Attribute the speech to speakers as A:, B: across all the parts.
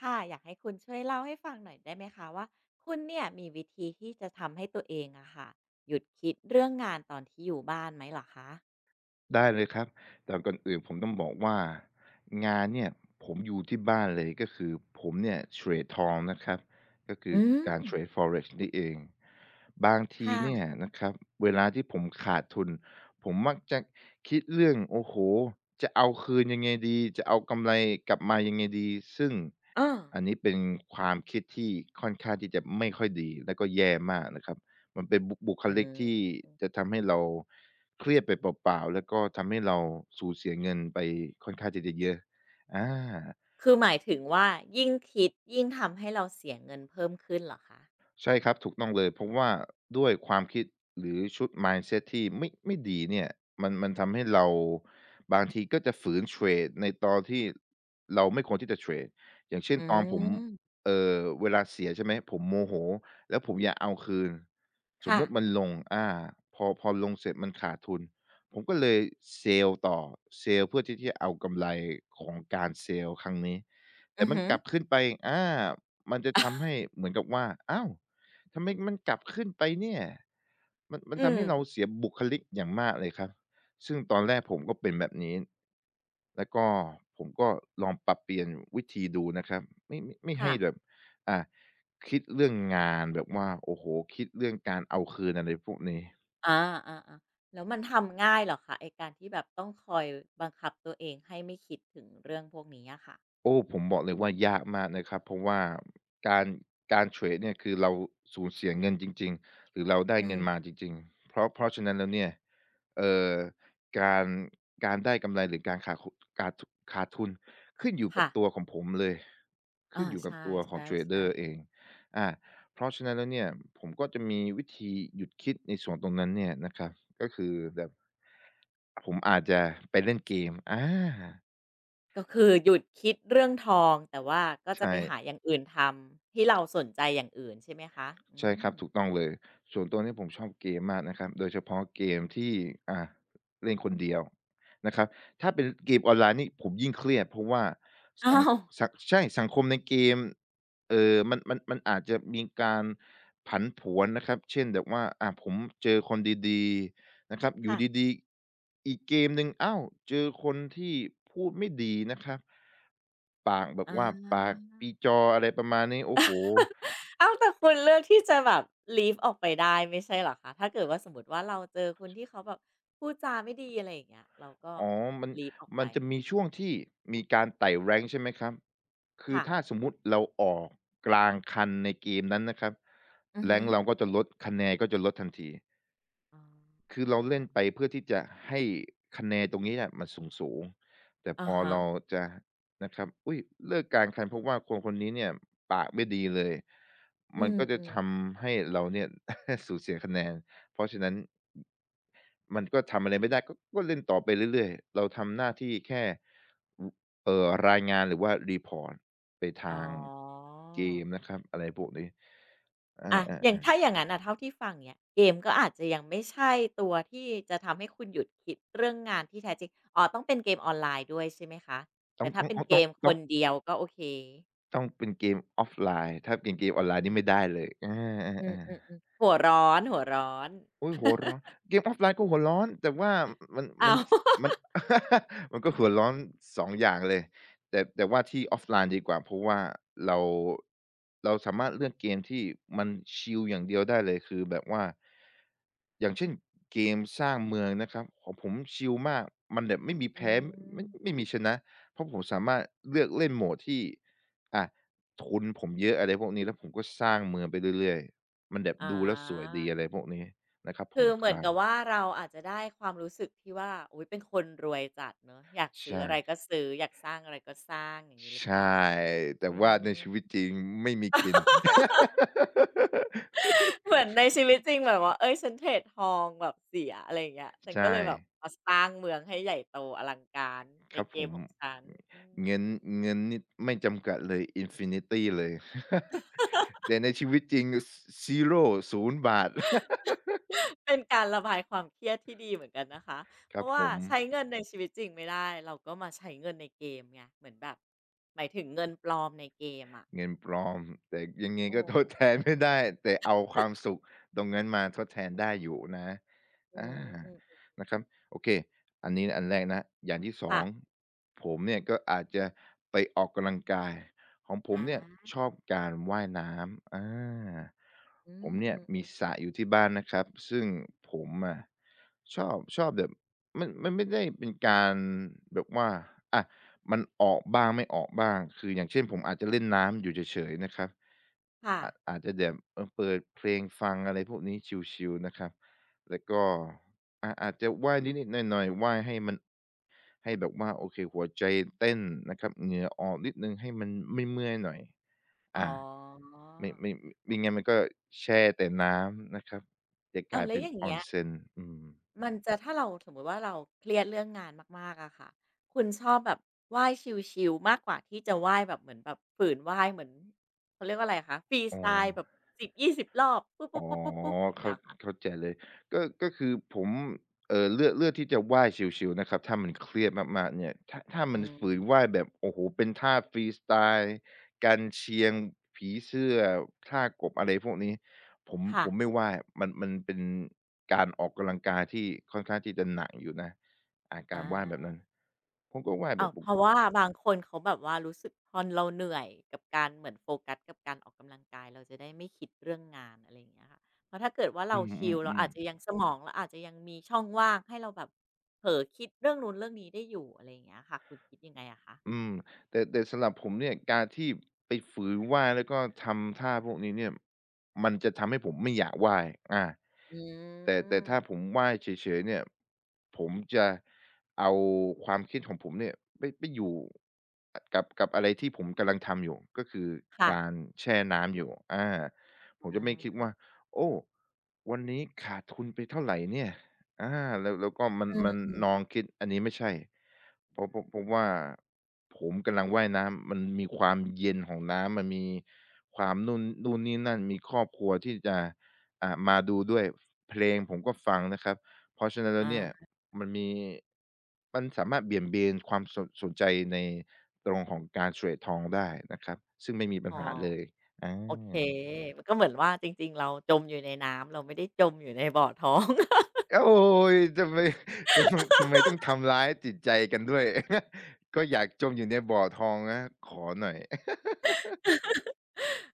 A: ค่ะอยากให้คุณช่วยเล่าให้ฟังหน่อยได้ไหมคะว่าคุณเนี่ยมีวิธีที่จะทำให้ตัวเองอะค่ะหยุดคิดเรื่องงานตอนที่อยู่บ้านไหมเหรอคะ
B: ได้เลยครับ แต่ก่อนอื่นผมต้องบอกว่างานเนี่ยผมอยู่ที่บ้านเลยก็คือผมเนี่ยเทรดทองนะครับก็คือ
A: อืม
B: การเทรด Forex นี่เองบางทีเนี่ย
A: ค่ะ
B: นะครับเวลาที่ผมขาดทุนผมมักจะคิดเรื่องโอ้โฮจะเอาคืนยังไงดีจะเอากำไรกลับมายังไงดีซึ่ง
A: เออ
B: อันนี้เป็นความคิดที่ค่อนข้างที่จะไม่ค่อยดีแล้วก็แย่มากนะครับ มันเป็นบุบุค
A: อื
B: ลิกที่
A: ม
B: จะทำให้เราเครียดไปเปล่าๆแล้วก็ทำให้เราสูญเสียเงินไปค่อนข้างที่จะเยอะอา
A: คือหมายถึงว่ายิ่งคิดยิ่งทำให้เราเสียเงินเพิ่มขึ้นเหรอคะ
B: ใช่ครับถูกต้องเลยเพราะว่าด้วยความคิดหรือชุด mindset ที่ไม่ดีเนี่ยมันทำให้เราบางทีก็จะฝืนเทรดในตอนที่เราไม่ควรที่จะเทรดอย่างเช่น
A: อื
B: ตอนผม
A: ม
B: เวลาเสียใช่ไหมผมโมโหแล้วผมอยากเอาคืนสม
A: ค่ะ
B: มุติมันลงพอลงเสร็จมันขาดทุนผมก็เลยเซลล์ต่อเซลล์เพื่อที่จะเอากำไรของการเซลล์ครั้งนี้แต่
A: อือ
B: มัน
A: ฮึ
B: กลับขึ้นไปอามันจะทำให้เหมือนกับว่าอ้าว ทำไมมันกลับขึ้นไปเนี่ยมัน
A: อื
B: ทำ
A: ม
B: ให้เราเสียบุคลิกอย่างมากเลยครับ ซึ่งตอนแรกผมก็เป็นแบบนี้ แล้วก็ผมก็ลองปรับเปลี่ยนวิธีดูนะครับ ไม่ให้
A: ค่ะ
B: แบบอ่าคิดเรื่องงานแบบว่าโอ้โฮคิดเรื่องการเอาคืนอะไรพวกนี้
A: อาๆๆแล้วมันทำง่ายเหรอคะไอ้การที่แบบต้องคอยบังคับตัวเองให้ไม่คิดถึงเรื่องพวกนี้อะค่ะ
B: โอ้ผมบอกเลยว่ายากมากนะครับเพราะว่าการการเทรดเนี่ยคือเราสูญเสียเงินจริงๆหรือเราได้
A: อื
B: เงินมา
A: ม
B: จริงๆเพราะฉะนั้นแล้วเนี่ยเอ่อการการได้กำไรหรือการทขาดทุนขึ้นอยู่กับ
A: ค่ะ
B: ตัวของผมเลยขึ้
A: อา
B: นอยู่
A: ใช
B: กับตัวของ
A: ่
B: เทรดเดอร์
A: ๆ
B: เอง
A: ๆ
B: อาเพราะฉะนั้นแล้วเนี่ยผมก็จะมีวิธีหยุดคิดในส่วนตรงนั้นเนี่ยนะครับก็คือแบบผมอาจจะไปเล่นเกม
A: ก็คือหยุดคิดเรื่องทองแต่ว่าก็จะ
B: ใช่
A: ไปหาอย่างอื่นทำที่เราสนใจอย่างอื่นใช่ไหมคะอื
B: ใช่ครั
A: ม
B: บถูกต้องเลยส่วนตัวเนี่ยผมชอบเกมมากนะครับโดยเฉพาะเกมที่อ่าเล่นคนเดียวนะครับถ้าเป็นเกมออนไลน์นี่ผมยิ่งเครียดเพราะว่า
A: อ้า
B: สัง
A: ว
B: สังคมในเกมมันอาจจะมีการผลันผวนนะครับเช่นแบบว่าผมเจอคนดีๆนะครับอยู่
A: ค่ะ
B: ดีๆอีกเกมหนึ่งอ้าวเจอคนที่พูดไม่ดีนะครับปากแบบ
A: อา
B: ว่าปากปีจออะไรประมาณนี้โอ้โฮ
A: อ้าวแต่คุณเลือกที่จะแบบ leave ออกไปได้ไม่ใช่เหรอคะถ้าเกิดว่าสมมุติว่าเราเจอคนที่เขาแบบพูดจาไม่ดีอะไรอย่างเงี้ยเราก็
B: อ๋อ
A: เหมือน
B: มัน
A: leave ออกไป
B: มันจะมีช่วงที่มีการไต่ rank ใช่ไหมครับคือ
A: ค่ะ
B: ถ้าสมมุติเราออกกลางคันในเกมนั้นนะครับ
A: อือฮึ
B: rank เราก็จะลดคะแนนก็จะลดทันที
A: อ๋อ
B: คือเราเล่นไปเพื่อที่จะให้คะแนนตรงนี้อะมันสูงๆแต่พ
A: อะ
B: อ
A: ฮะ
B: เราจะนะครับอุ๊ยเลิกกลางคันเพราะว่าคนคนนี้เนี่ยปากไม่ดีเลย
A: อื
B: มันก็จะ
A: ม
B: ท
A: ๆ
B: ำให้เราเนี่ย สูญเสียคะแนนเพราะฉะนั้น มันก็ทำอะไรไม่ได้ก็เล่นต่อไปเรื่อยๆ เราทำหน้าที่แค่อรายงานหรือว่า report ไป
A: อ๋
B: ทา
A: อ
B: งเกมนะครับอะไรพวกนี้
A: อะอย่าง
B: อา
A: ถ้าอย่างนั้นอ่ะเท่าที่ฟังเนี่ยเกมก็อาจจะยังไม่ใช่ตัวที่จะทำให้คุณหยุดคิดเรื่องงานที่แท้จริงอ๋อต้องเป็นเกมออนไลน์ด้วยใช่ไหมคะ
B: ๆ
A: แต่ถ้าเป็นเกมคนเดียวก็โอเค
B: ต้องเป็นเกมออฟไลน์ถ้าเป็นเกมออนไล
A: อื
B: น์นี่ไม่
A: ม
B: ได้เลยอา
A: อื
B: ๆๆ
A: อๆๆหัวร้อนหัวร้อน
B: โอ๊ยหัวร้อนเกม o อฟไ i น์ก็หัวร้อนแต่ว่ามันมั
A: อ้า
B: น
A: ว
B: มัน มันก็หัวร้อนสองอย่างเลยแต่ว่าที่ o f ฟ l ลน e ดีกว่าเพราะว่าเราเราสามารถเลือกเกมที่มันชิลอย่างเดียวได้เลยคือแบบว่าอย่างเช่นเกมสร้างเมืองนะครับของผมชิลมากมันแบบไม่มี
A: อื
B: แพ้
A: ม
B: ไม่มีชนะเพราะผมสามารถเลือกเล่นโหมดที่อ่าทุนผมเยอะอะไรพวกนี้แล้วผมก็สร้างเมืองไปเรื่อยๆมันแบบ
A: อา
B: ดูแล้วสวยดีอะไรพวกนี้ นะครับผ่
A: คื
B: อ
A: อ
B: น
A: เห
B: ค
A: มือน
B: ลา
A: กับ
B: ย
A: ว่าเราอาจจะได้ความรู้สึกที่ว่าอุ๊ยเป็นคนรวยจัดเนาะอยากซื้ออะไร
B: ใช่
A: ก็ซื้ออยากสร้างอะไรก็สร้างอย่างงี้หรือเป
B: ใช่
A: ล่า
B: แต่
A: อื
B: ว่าในชีวิต
A: ม
B: จริงไม่มีกิน
A: เหมือนในชีวิตจริงแบบว่าเอ้ยฉันเทรดทองแบบเสียอะไรอย่างเงี้ยฉันก็
B: ใช่
A: เลยแบบมาสร้างเมืองให้ใหญ่โตอลังการใน
B: ครับ
A: เก
B: ผ
A: ม
B: ม
A: ของฉันอื
B: เงิน
A: ม
B: เงินนี่ไม่จำกัดเลยอินฟินิตีเลย แต่ในชีวิตจริงซีโร่ศูนย์บาท
A: เป็นการระบายความเครียดที่ดีเหมือนกันนะคะ
B: ค
A: เพ
B: รับ
A: ราะ
B: ผ
A: ว่า
B: ม
A: ใช้เงินในชีวิตจริงไม่ได้เราก็มาใช้เงินในเกมไงเหมือนแบบหมายถึงเงินปลอมในเกมอะ
B: เงินปลอมแต่ยังไง
A: โอ้
B: ก็ทดแทนไม่ได้แต่เอาความสุขตรงนั้นมาทดแทนได้อยู่นะ
A: อื
B: อา
A: มอืม
B: นะครับโอเคอันนี้อันแรกนะอย่างที่
A: ค่ะ
B: 2ผมเนี่ยก็อาจจะไปออกกำลังกายของผ
A: อ
B: มเนี่ย
A: า
B: ชอบการว่ายน้ำอา
A: อื
B: ผมเนี่ย
A: ม
B: มี
A: ๆ
B: ส
A: ๆ
B: ระอยู่ที่บ้านนะครับซึ่งผมอะชอบแบบมันไม่ได้เป็นการแบบว่าอะ มันออกบ้างไม่ออกบ้างคืออย่างเช่นผมอาจจะเล่นน้ำอยู่เฉยๆนะครับ
A: ค่ะ
B: อาจจะแบบเปิดเพลงฟังอะไรพวกนี้ชิลๆนะครับแล้วก็อาจะว่ายนิดๆหน่อยๆว่ายให้มันให้แบบว่าโอเคหัวใจเต้นนะครับเหงื่อออกนิดหนึ่งให้มันไม่เมื่อยๆหน่อย
A: อ๋
B: อา
A: อ
B: ไม่ไม่งั้นมันก็แช่แต่น้ำนะครับจะก
A: อ้าว
B: ลาย
A: แล้ว
B: เป็
A: อ
B: น
A: ย่างเงี้ย
B: onsen อืม
A: มันจะถ้าเราสมมุติว่าเราเครียดเรื่องงานมากๆอะค่ะคุณชอบแบบไหว้ชิลๆมากกว่าที่จะไหว้แบบเหมือนแบบฝืนไหว้เหมือนเขาเรียกว่าอะไรคะฟรีส
B: อ๋
A: ไตล์แบบ
B: อ
A: 10-20รอบปุ๊
B: อ๋อ
A: บๆๆๆๆอย่างเงี้ย
B: เข้า
A: เหรอคะ
B: เข้าใจเลยก็คือผมเลือกที่จะว่ายชิลๆนะครับถ้ามันเครียดมากๆเนี่ยถ้า
A: อื
B: มันฝืนว่า
A: ม
B: ยแบบโอ้โฮเป็นท่าฟรีสไตล์กันเชียงผีเสื้อท่ากบอะไรพวกนี้
A: ค่ะ
B: ผมไม่ว่ายมันเป็นการออกกำลังกายที่ค่อนข้างที่จะหนักอยู่นะอา
A: อ
B: การว่ายแบบนั้น
A: า
B: ผมก็ว่ายแบ
A: อ้าว
B: บป
A: เพ
B: ก
A: ราะว่าบางคนเขาแบบว่ารู้สึกพอเราเหนื่อยกับการเหมือนโฟกัสกับการออกกำลังกายเราจะได้ไม่คิดเรื่องงานอะไรอย่างเงี้ยค่ะเพราะถ้าเกิดว่า
B: อื
A: เราชิลเรา
B: ม
A: อาจ
B: ๆ
A: จะ
B: ๆ
A: ยังสมองเราอาจจะยังมีช่องว่างให้เราแบบเผลอคิดเรื่องนู้นเรื่องนี้ได้อยู่อะไรอย่างเงี้ยค่ะคุณคิดยังไงอะคะ
B: อืมแต่สำหรับผมเนี่ยการที่ไปฝืนไหว้แล้วก็ทำท่าพวกนี้เนี่ยมันจะทำให้ผมไม่อยากไหว้อา
A: อื
B: แต่ถ้าผ
A: ม
B: มไหว้เฉยๆเนี่ยผมจะเอาความคิดของผมเนี่ยไปอยู่อกับอะไรที่ผมกำลังทำอยู่ก็คือ
A: ค่ะ
B: การแช่น้ำอยู่อาผมจะ
A: อา
B: ไม่คิดว่าโอ้วันนี้ขาดทุนไปเท่าไรเนี่ย อาแล้วแล้วก็มัน
A: อืม
B: น้องคิดอันนี้ไม่ใช่เพราะว่าผมกำลังว่ายน้ำมันมีความเย็นของน้ำมันมีความนู่นนู่นนี่นั่นมีครอบครัวที่จะมาดูด้วยเพลงผมก็ฟังนะครับเพราะฉะนั้น
A: ๆอ
B: แล้วเนี่ย
A: า
B: มันมีมันสามารถเบี่ยงเบนความสนใจในตรงของการเทรดทองได้นะครับซึ่งไม่มีปัญ
A: อ๋
B: หาเล
A: อ
B: ยอา
A: โอเคมันก็เหมือนว่าจริงๆเราจมอยู่ในน้ำเราไม่ได้จมอยู่ในบ่อท้อง
B: โอ้ยทำไม ทำทำไมต้องทำร้ายจิตใจกันด้วย ก็อยากจมอยู่ในบ่อทองนะขอหน่อย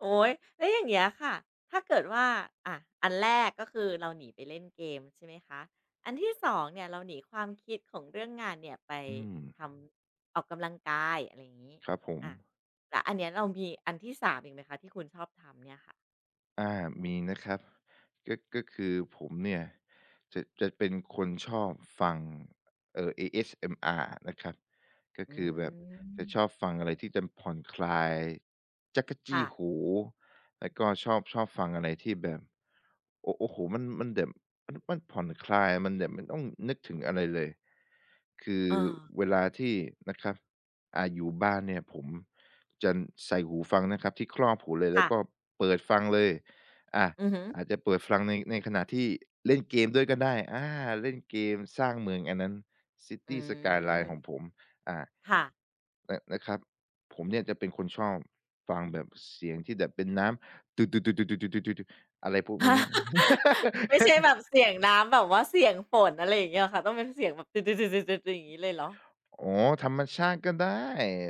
A: โอ้ยแล้วอย่างเงี้ยค่ะถ้าเกิดว่าอะอันแรกก็คือเราหนีไปเล่นเกมใช่ไหมคะอันที่สองเนี่ยเราหนีความคิดของเรื่องงานเนี่ยไป
B: อืม
A: ทำออกกำลังกายอะไรอย่างนี้
B: ครับผม
A: อะแล้วอันเนี้ยเรามีอันที่สามอีกไหมคะที่คุณชอบทำเนี่ยค่ะ
B: อามีนะครับก็คือผมเนี่ยจะเป็นคนชอบฟังASMR นะครับก็
A: อื
B: คือแบบจะชอ
A: ม
B: บฟังอะไรที่จะผ่อนคลายจั๊กจี้
A: ค่ะ
B: หูแล้วก็ชอบฟังอะไรที่แบบโอ้โอ้โฮมันแบบมันผ่อนคลายมันแบบไม่ต้องนึกถึงอะไรเลยคือ
A: เออ
B: เวลาที่นะครับอยู่บ้านเนี่ยผมจะใส่หูฟังนะครับที่ครอบหูเลยแล้วก็
A: ค่ะ
B: เปิดฟังเลย อา
A: อือหือ
B: อาจจะเปิดฟังในขณะที่เล่นเกมด้วยก็ได้อาเล่นเกมสร้างเมืองอันนั้น
A: อื
B: City Skyline ของ
A: ม
B: ผมอ่า
A: ค่ะ
B: นะครับผมเนี่ยจะเป็นคนชอบฟังแบบเสียงที่แบบเป็นน้ำอะไรพวกนี้
A: ไม่ใช่แบบเสียงน้ำแบบว่าเสียงฝนอะไรอย่างเงี้ยค่ะต้องเป็นเสียงแบบตึ๊ดๆๆๆๆอย่างนี้เลยเหรอ
B: อ๋อธรรมชาติก็ได้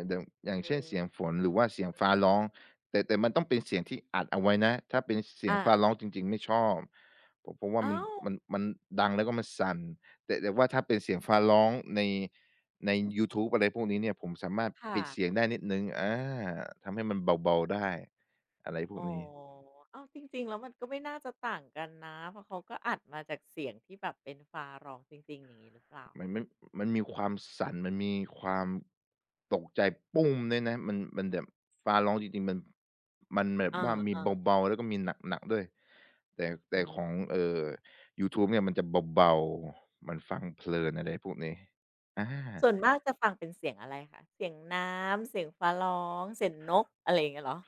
B: เดยวอย่าง
A: อื
B: เช่นเสียงฝ
A: ม
B: นหรือว่าเสียงฟ้าร้องแต่มันต้องเป็นเสียงที่อัดเอาไว้นะถ้าเป็นเสียง
A: อา
B: ฟ้าร้องจริงๆไม่ชอบเพราะว่ามัน
A: อ้าว
B: มันดังแล้วก็มันสั่นแต่ว่าถ้าเป็นเสียงฟ้าร้องในในยูทูบอะไรพวกนี้เนี่ยผมสามารถ
A: ค่ะ
B: ปิดเสียงได้นิดหนึ่งอาทำให้มันเบาๆได้อะไรพวก
A: อ๋อ
B: นี้
A: อ้าวจริงๆแล้วมันก็ไม่น่าจะต่างกันนะเพราะเขาก็อัดมาจากเสียงที่แบบเป็นฟาร้องจริงๆอย่างงี้หรือเปล่า
B: มัน
A: คะ
B: ไม่มันมีความสั่นมันมีความตกใจตุ้มด้วยนะมันแบบฟ้าร้องจริงๆมันมันแบบว่ามี
A: อา
B: เบาๆแล้วก็มีหนักๆด้วย
A: ๆอื
B: แต่ของ
A: ม
B: ยูทูบเนี่ยมันจะเบาๆมันฟังเพลินอะไรพวกนี้อา
A: ส่วนมากจะฟังเป็นเสียงอะไรคะเสียงน้ำเสียงฟ้าร้องเสียงนกอะไรอย่างเงี้ยเหรอ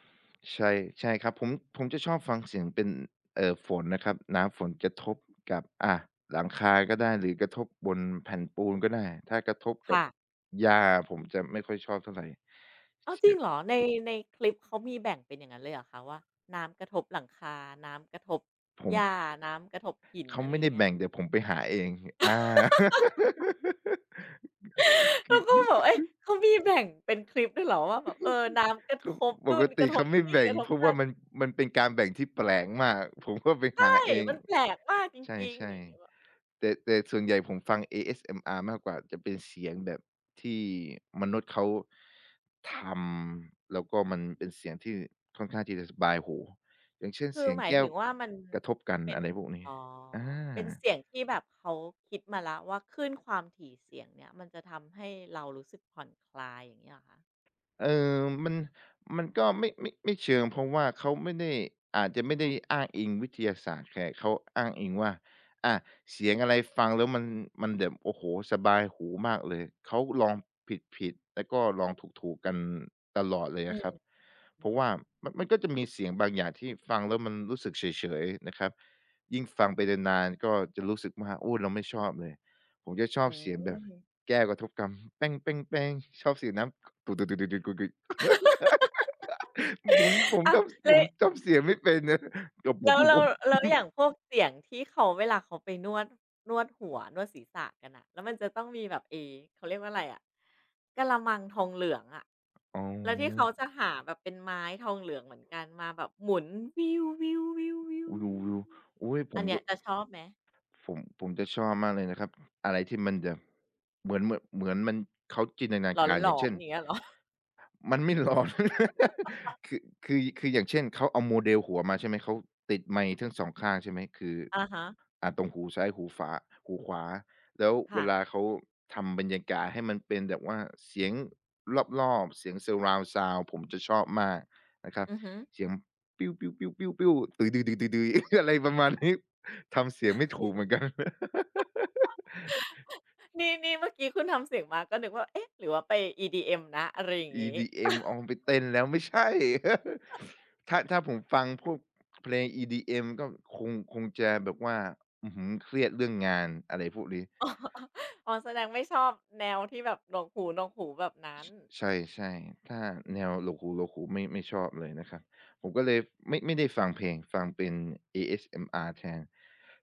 B: ใช่ใช่ครับผมผมจะชอบฟังเสียงเป็นฝนนะครับ น้ำฝนกระทบกับหลังคาก็ได้ หรือกระทบบนแผ่นปูนก็ได้ ถ้ากระทบกับ
A: ค่ะ
B: หญ้าผมจะไม่ค่อยชอบเท่าไร
A: อ้าวจ
B: เสี
A: ริง
B: ย
A: เหรอในในคลิปเขามีแบ่งเป็นอย่างนั้นเลยเหรอคะว่าน้ำกระทบหลังคาน้ำกระทบ
B: ผ
A: ห
B: ม
A: ญ้าน้ำกระทบหิน
B: เขา
A: อะไร
B: ไม่
A: อย่า
B: ได้
A: งเงี้ย
B: แบ่งแต่ผมไปหาเองอา
A: เรา
B: ค
A: ก็
B: ือ
A: แบบเอ๊ะเขามีแบ่งเป็นคลิปด้วยเหรอว่าแบบเออน้ำกระท
B: ก็
A: บ
B: ป
A: นู่
B: ก
A: นก
B: ติ
A: ระทบ
B: เขาไม่
A: นี่
B: แบ่
A: ก
B: ง
A: ระทบ
B: เพราะ
A: นั่
B: ว่า
A: น
B: มันเป็นการแบ่งที่แปลกมากผมก็ไปหา
A: ใช่
B: เอง
A: มันแปลกมากจ
B: ใช
A: ริงๆ
B: ่
A: อย่างเงี้ยแบบ
B: ๆแต่ส่วนใหญ่ผมฟัง ASMR มากกว่าจะเป็นเสียงแบบที่มนุษย์เขาทำแล้วก็มันเป็นเสียงที่ค่อนข้างที่จะสบายหูอย่างเช่น
A: คือ
B: เสียง
A: หมาย
B: แก้ว
A: ถึงว่ามัน
B: กระทบกัน
A: เป็น
B: อะไรพวกนี้
A: อ๋อ
B: อา
A: เป็นเสียงที่แบบเขาคิดมาแล้วว่าคลื่นความถี่เสียงเนี่ยมันจะทำให้เรารู้สึกผ่อนคลายอย่างงี้เหรอคะ
B: เออมันมันก็ไม่เชิงเพราะว่าเขาไม่ได้อาจจะไม่ได้อ้างอิงวิทยาศาสตร์แต่เขาอ้างอิงว่าอาเสียงอะไรฟังแล้วมันแบบโอ้โฮสบายหูมากเลยเขาลองผิดๆแล้วก็ลองถูกๆกันตลอดเลย
A: อื
B: อะค
A: ม
B: รับ
A: อ
B: เพราะว่ามันก็จะมีเสียงบางอย่างที่ฟังแล้วมันรู้สึกเฉยๆนะครับยิ่งฟังไปนานๆก็จะรู้สึกว่าโอ้เราไม่ชอบเลยผมจะชอ
A: ื
B: บเสียงแบบ
A: ม
B: แก้วกระทบกันชอบเสียงน้ำ กุกๆๆๆๆผมผม
A: อ้าวเล
B: จำ
A: ย
B: เสียงไม่เป็นนะก็
A: แล้วแล้ วอย่างพวกเสียงที่เขาเวลาเขาไปนวดนวดหัวนวดศีรษะกันน่ะแล้วมันจะต้องมีแบบไอ้เขาเรียกว่าอะไรอะกะละมังทองเหลืองอะ
B: อ๋
A: แล้วที่เขา
B: อ
A: จะหาแบบเป็นไม้ทองเหลืองเหมือนกันมาแบบหมุน
B: อุ๊ยๆๆอุ๊ย
A: อันเนี้ยจะชอบไหม
B: ผมจะชอบมากเลยนะครับอะไรที่มันจะเหมือนมันเขาจินตนา
A: ห
B: การ
A: ล
B: อย่า
A: อ
B: ง
A: น
B: เช่น
A: ๆอย่างเงี้ยเหรอ
B: มันไม่ร้อน คืออย่างเช่น เขาเอาโมเดลหัวมาใช่ไหม เขาติดไมค์ทั้งสองข้างใช่ไหม คือ
A: อะฮะ
B: อ่าตรงหูซ้ายหูฝา หูขวา แล้วเว
A: ค่ะ
B: ลาเขาทำบรรยากาศให้มันเป็นแบบว่าเสียงรอบๆเสียง surround sound ผมจะชอบมากนะครับ
A: อือฮึ
B: เสียงปิ้วๆๆๆๆ ตือๆๆๆๆอะไรประมาณนี้ ทำเสียงไม่ถูกเหมือนกัน
A: นี่นี่เมื่อกี้คุณทำเสียงมาก็นึกว่าเอ๊ะหรือว่าไป EDM นะอะไรอย่างงี้
B: EDM เอาไปเต้นแล้วไม่ใช่ ถ้าผมฟังพวกเพลง EDM ก็คงจะแบบว่าอื้อฮือเครียดเรื่องงานอะไรพวกนี้
A: อ๋ออ๋อแสดงไม่ชอบแนวที่แบบหนวกหูๆแบบนั้น
B: ใช่ๆถ้า
A: อื
B: แนวโล
A: ม
B: คูโลคูไม่ชอบเลยนะครับผมก็เลยไม่ได้ฟังเพลงฟังเป็น ASMR แทน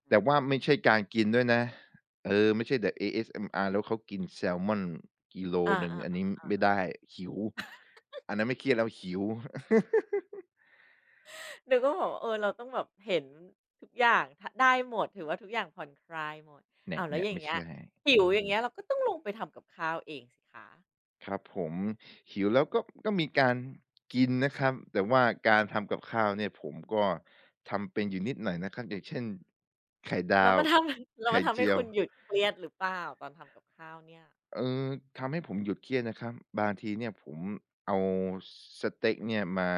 B: แต่ว่าไม่ใช่การกินด้วยนะเออไม่ใช่แบบ ASMR แล้วเขากินแซลมอนกิโล
A: อา
B: หนึ่ง
A: อา
B: อันนี้
A: ๆ
B: ไม่ได้หิว อันนั้นไม่เครียดแล้วหิว
A: ๆนึกว่าแบบว่าเออเราต้องแบบเห็นทุกอย่างทได้หมดถือว่าทุกอย่างผ่อนคลายหมด
B: แห
A: อ้า
B: นะ
A: ว
B: แห
A: แล้วอ
B: นะ
A: ย่าง
B: ไม่
A: เงี้ย
B: ใช่
A: หิ
B: อื
A: วอย่าง
B: ม
A: เงี้ยเราก็ต้องลงไปทำกับข้าวเองสิคะ
B: ครับผมหิวแล้วก็ก็มีการกินนะครับแต่ว่าการทำกับข้าวเนี่ยผมก็ทำเป็นอยู่นิดหน่อยนะครับอย่างเช่นไข่
A: แล้
B: ดา
A: ว
B: ว
A: มันทำ แล้วมั
B: ไข่
A: นทำให้
B: เจีย
A: คุ
B: ว
A: ณหยุดเครียดหรือเปล่าตอนทำกับข้าวเนี่ย
B: เออทำให้ผมหยุดเครียดนะครับบางทีเนี่ยผมเอาสเต็กเนี่ยมา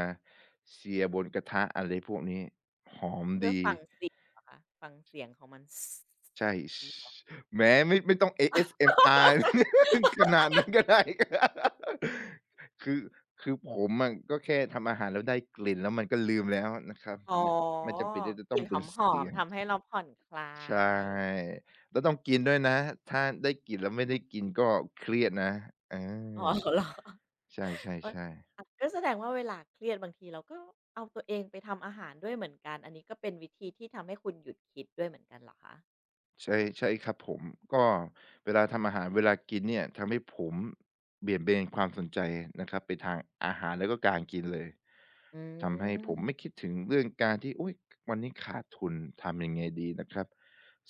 B: เสียบนกระทะอะไรพวกนี้หอม
A: เพื่อ
B: ดี
A: ฟังเสียงเหรอคะฟังเสียงของมัน
B: ใช่ช
A: ้หอ
B: แหมไม่ต้อง ASMR ขนาดนั้นก็ได้ คือคือผมอะก็แค่ทำอาหารแล้วได้กลิ่นแล้วมันก็ลืมแล้วนะครับ
A: อ๋อ
B: มไม่จำเป็นที่จะ
A: ก
B: ต้อ
A: ลิ่
B: ง
A: นห
B: เป็น
A: อ
B: เสี
A: ม
B: ยง
A: ๆทำให้เราผ่อนคลา
B: ใช่
A: ย
B: แล้วต้องกินด้วยนะถ้าได้กลิ่นแล้วไม่ได้กินก็เครียดนะอ
A: อ๋อ
B: า
A: เหรอ
B: ใ
A: เอ๊ย
B: ช่ๆๆ
A: อะก็แสดงว่าเวลาเครียดบางทีเราก็เอาตัวเองไปทำอาหารด้วยเหมือนกัน อันนี้ก็เป็นวิธีที่ทำให้คุณหยุดคิดด้วยเหมือนกันเหรอคะ
B: ใช่ใช่ครับผมก็เวลาทำอาหารเวลากินเนี่ยทำให้ผมเบี่ยงเบนความสนใจนะครับไปทางอาหารแล้วก็การกินเลย
A: อื
B: ทำให้ผมไม่
A: ม
B: คิดถึงเรื่องการที่อุ๊ยวันนี้ขาดทุนทำยังไงดีนะครับ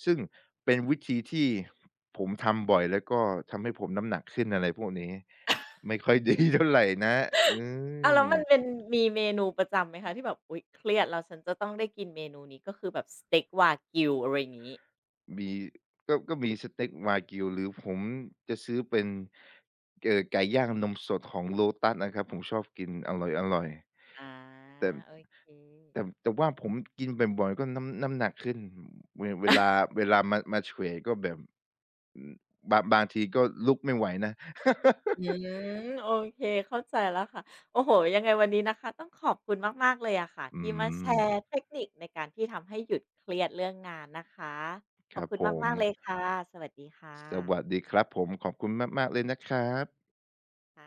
B: ซึ่งเป็นวิธีที่ผมทำบ่อยแล้วก็ทำให้ผมน้ำหนักขึ้นอะไรพวกนี้ไม่ค่อยดีเท่าไรนะอื
A: อ้าวแล้
B: ม
A: วมันเป็นมีเมนูประจำไหมคะที่แบบ อุ๊ยเครียดแล้วฉันจะต้องได้กินเมนูนี้ก็คือแบบสเต็กวากิวอะไรอย่างงี้
B: มีก็ก็มีสเต็กวากิวหรือผมจะซื้อเป็นไก่ย่างนมสดของ Lotus นะครับผมชอบกินอร่อยๆ
A: อา
B: แต่
A: โอเค
B: แต่ว่าผมกินบ่อยๆก็น้ำหนักขึ้นเวเวลาเวลามาเฉวยก็แบบอืมบางทีก็ลุกไม่ไหวนะ
A: อื มโอเคเข้าใจแล้วค่ะโอ้โฮยังไงวันนี้นะคะต้องขอบคุณมากๆเลยอะค่ะ
B: อื
A: ที่มาแช
B: ม
A: ร์เทคนิคในการที่ทำให้หยุดเครียดเรื่องงานนะคะข
B: ค
A: อบ
B: รับ
A: คุณ
B: ผม
A: มากๆเลยค่ะสวัสดีค่
B: สวัส
A: ะ
B: ดีครับผมขอบคุณมากๆเลยนะครับ
A: ค่ะ